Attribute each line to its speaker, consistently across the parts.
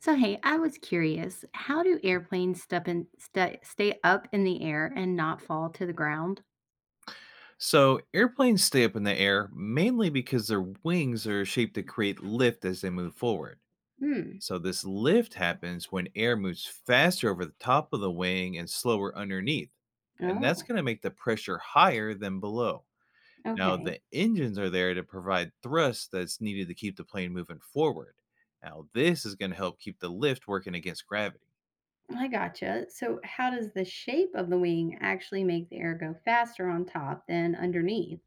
Speaker 1: So, hey, I was curious, how do airplanes step in, sta stay up in the air and not fall to the ground?
Speaker 2: So, airplanes stay up in the air mainly because their wings are shaped to create lift as they move forward.
Speaker 1: Hmm.
Speaker 2: So, this lift happens when air moves faster over the top of the wing and slower underneath. And that's
Speaker 1: Oh,
Speaker 2: going to make the pressure higher than below. Now,
Speaker 1: okay.
Speaker 2: the engines are there to provide thrust that's needed to keep the plane moving forward. Now, this is going to help keep the lift working against gravity.
Speaker 1: I gotcha. So, how does the shape of the wing actually make the air go faster on top than underneath?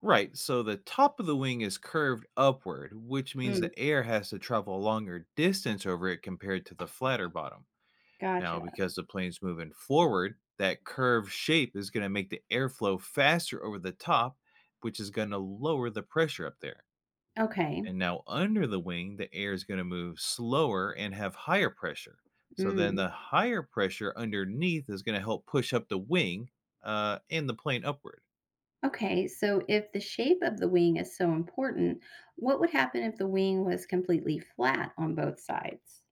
Speaker 2: Right. So the top of the wing is curved upward, which means
Speaker 1: Mm,
Speaker 2: the air has to travel a longer distance over it compared to the flatter bottom. Now,
Speaker 1: gotcha.
Speaker 2: because the plane's moving forward, that curved shape is going to make the airflow faster over the top, which is going to lower the pressure up there.
Speaker 1: Okay.
Speaker 2: And now, under the wing, the air is going to move slower and have higher pressure. So then
Speaker 1: Mm.
Speaker 2: the higher pressure underneath is going to help push up the wing and the plane upward.
Speaker 1: Okay. So, if the shape of the wing is so important, what would happen if the wing was completely flat on both sides?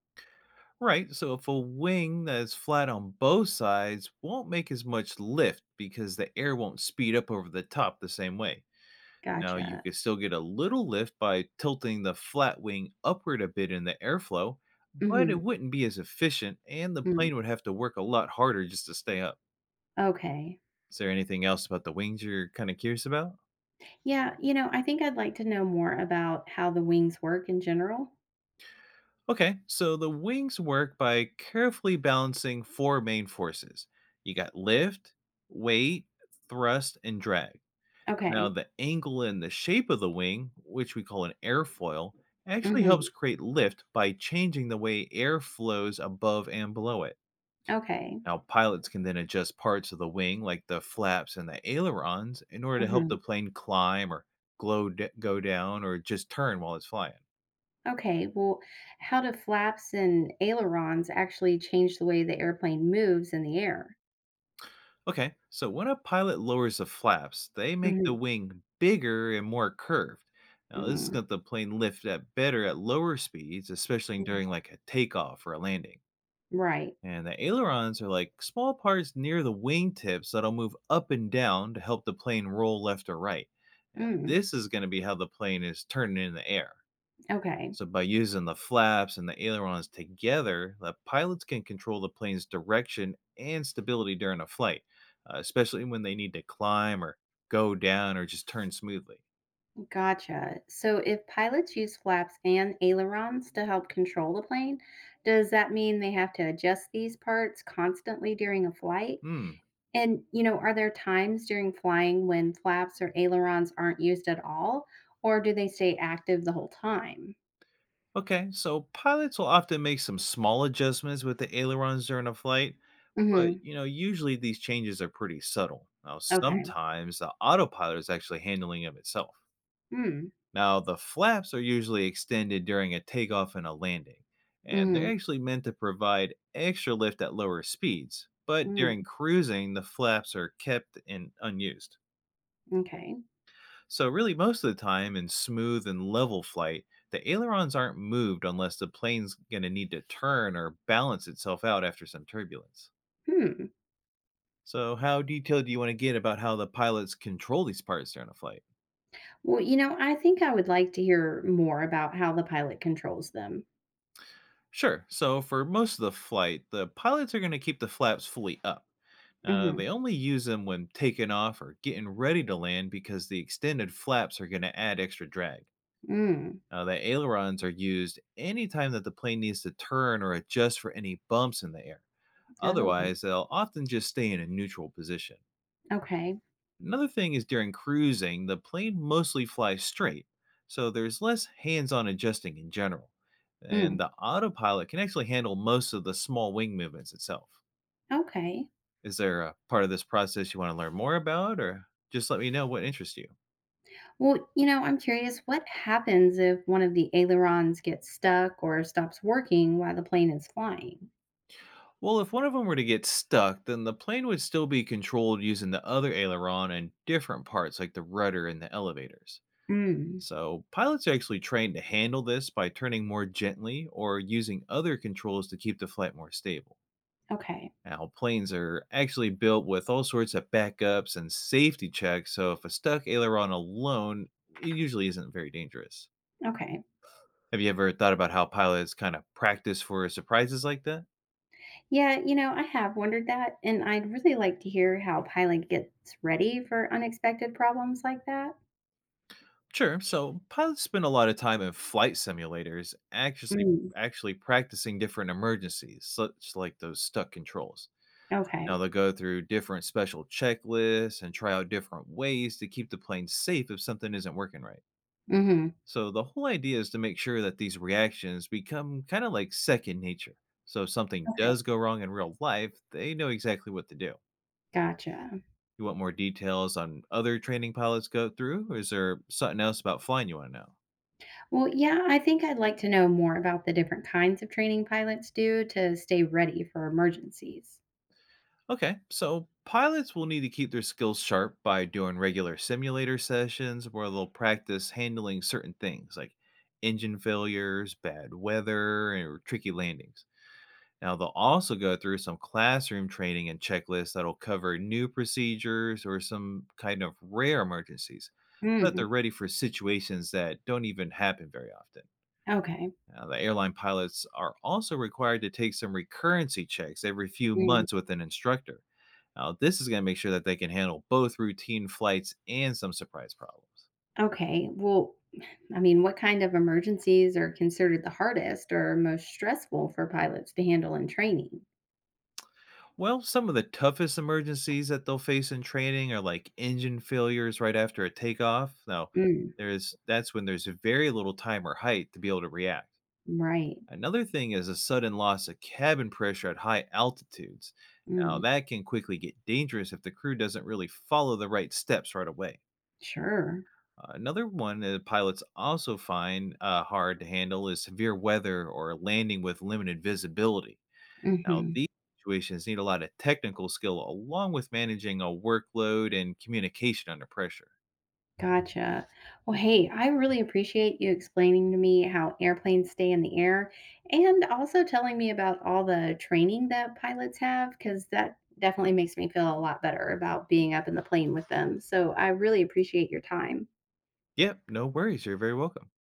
Speaker 2: Right. So if a wing that is flat on both sides won't make as much lift because the air won't speed up over the top the same way. Now you
Speaker 1: Gotcha.
Speaker 2: can still get a little lift by tilting the flat wing upward a bit in the airflow, but it
Speaker 1: Mm-hmm.
Speaker 2: wouldn't be as efficient and the
Speaker 1: Mm.
Speaker 2: plane would have to work a lot harder just to stay up.
Speaker 1: Okay.
Speaker 2: Is there anything else about the wings you're kind of curious about?
Speaker 1: Yeah, I think I'd like to know more about how the wings work in general.
Speaker 2: Okay, so the wings work by carefully balancing four main forces. You got lift, weight, thrust, and drag. Now,
Speaker 1: Okay.
Speaker 2: the angle and the shape of the wing, which we call an airfoil, actually helps
Speaker 1: Hmm.
Speaker 2: create lift by changing the way air flows above and below it.
Speaker 1: Okay.
Speaker 2: Now, pilots can then adjust parts of the wing, like the flaps and the ailerons, in order to help the
Speaker 1: Hmm.
Speaker 2: plane climb or go down or just turn while it's flying.
Speaker 1: Okay. Well, how do flaps and ailerons actually change the way the airplane moves in the air?
Speaker 2: Okay, so when a pilot lowers the flaps, they make the
Speaker 1: Hmm.
Speaker 2: wing bigger and more curved. Now, this is
Speaker 1: Mm.
Speaker 2: going to the plane lift at better at lower speeds, especially
Speaker 1: Okay.
Speaker 2: during like a takeoff or a landing.
Speaker 1: Right.
Speaker 2: And the ailerons are like small parts near the wingtips that'll move up and down to help the plane roll left or right. And
Speaker 1: Mm.
Speaker 2: this is going to be how the plane is turning in the air.
Speaker 1: Okay.
Speaker 2: So, by using the flaps and the ailerons together, the pilots can control the plane's direction and stability during a flight, especially when they need to climb or go down or just turn smoothly.
Speaker 1: Gotcha. So if pilots use flaps and ailerons to help control the plane, does that mean they have to adjust these parts constantly during a flight?
Speaker 2: Hmm.
Speaker 1: And are there times during flying when flaps or ailerons aren't used at all, or do they stay active the whole time?
Speaker 2: Okay, so pilots will often make some small adjustments with the ailerons during a flight, but
Speaker 1: Mhm.
Speaker 2: you know, usually these changes are pretty subtle. Now,
Speaker 1: Okay.
Speaker 2: sometimes the autopilot is actually handling of itself.
Speaker 1: Mm.
Speaker 2: Now, the flaps are usually extended during a takeoff and a landing, and they're
Speaker 1: Mhm.
Speaker 2: actually meant to provide extra lift at lower speeds, but
Speaker 1: Mm.
Speaker 2: during cruising, the flaps are kept and unused.
Speaker 1: Okay.
Speaker 2: So, really, most of the time in smooth and level flight, the ailerons aren't moved unless the plane's going to need to turn or balance itself out after some turbulence.
Speaker 1: Hmm.
Speaker 2: So, how detailed do you want to get about how the pilots control these parts during a flight?
Speaker 1: Well, I think I would like to hear more about how the pilot controls them.
Speaker 2: Sure. So, for most of the flight, the pilots are going to keep the flaps fully up.
Speaker 1: Mhm.
Speaker 2: They only use them when taking off or getting ready to land because the extended flaps are going to add extra drag.
Speaker 1: Mm.
Speaker 2: Now, the ailerons are used anytime that the plane needs to turn or adjust for any bumps in the air.
Speaker 1: Oh.
Speaker 2: Otherwise, they'll often just stay in a neutral position.
Speaker 1: Okay.
Speaker 2: Another thing is during cruising, the plane mostly flies straight, so there's less hands on adjusting in general. And
Speaker 1: Mm.
Speaker 2: the autopilot can actually handle most of the small wing movements itself.
Speaker 1: Okay.
Speaker 2: Is there a part of this process you want to learn more about, or just let me know what interests you?
Speaker 1: Well, I'm curious what happens if one of the ailerons gets stuck or stops working while the plane is flying?
Speaker 2: Well, if one of them were to get stuck, then the plane would still be controlled using the other aileron and different parts like the rudder and the elevators.
Speaker 1: Mm.
Speaker 2: So, pilots are actually trained to handle this by turning more gently or using other controls to keep the flight more stable.
Speaker 1: Okay.
Speaker 2: Now, planes are actually built with all sorts of backups and safety checks, so if a stuck aileron alone, it usually isn't very dangerous.
Speaker 1: Okay.
Speaker 2: Have you ever thought about how pilots kind of practice for surprises like that?
Speaker 1: Yeah, you know, I have wondered that, and I'd really like to hear how Pilot gets ready for unexpected problems like that.
Speaker 2: Sure. So pilots spend a lot of time in flight simulators
Speaker 1: Mm,
Speaker 2: actually practicing different emergencies, such like those stuck controls.
Speaker 1: okay.
Speaker 2: Now they'll go through different special checklists and try out different ways to keep the plane safe if something isn't working right.
Speaker 1: Hmm.
Speaker 2: So the whole idea is to make sure that these reactions become kind of like second nature. So if something
Speaker 1: Okay.
Speaker 2: does go wrong in real life, they know exactly what to do.
Speaker 1: Gotcha.
Speaker 2: You want more details on other training pilots go through, or is there something else about flying you want to know?
Speaker 1: Well, yeah, I think I'd like to know more about the different kinds of training pilots do to stay ready for emergencies.
Speaker 2: Okay, so pilots will need to keep their skills sharp by doing regular simulator sessions where they'll practice handling certain things like engine failures, bad weather, or tricky landings. Now, they'll also go through some classroom training and checklists that'll cover new procedures or some kind of rare emergencies so that
Speaker 1: Mm,
Speaker 2: they're ready for situations that don't even happen very often.
Speaker 1: okay.
Speaker 2: Now, the airline pilots are also required to take some recurrency checks every few
Speaker 1: Mm,
Speaker 2: months with an instructor now, this is going to make sure that they can handle both routine flights and some surprise problems.
Speaker 1: okay. Well, I mean, what kind of emergencies are considered the hardest or most stressful for pilots to handle in training?
Speaker 2: Well, some of the toughest emergencies that they'll face in training are like engine failures right after a takeoff. Now,
Speaker 1: Mm,
Speaker 2: there's that's when there's very little time or height to be able to react.
Speaker 1: right.
Speaker 2: Another thing is a sudden loss of cabin pressure at high altitudes. Now,
Speaker 1: Mm,
Speaker 2: that can quickly get dangerous if the crew doesn't really follow the right steps right away.
Speaker 1: sure.
Speaker 2: Another one that pilots also find hard to handle is severe weather or landing with limited visibility. Now,
Speaker 1: Hmm.
Speaker 2: these situations need a lot of technical skill along with managing a workload and communication under pressure.
Speaker 1: Gotcha. Well, hey, I really appreciate you explaining to me how airplanes stay in the air and also telling me about all the training that pilots have, because that definitely makes me feel a lot better about being up in the plane with them. So I really appreciate your time.
Speaker 2: Yep, no worries. You're very welcome.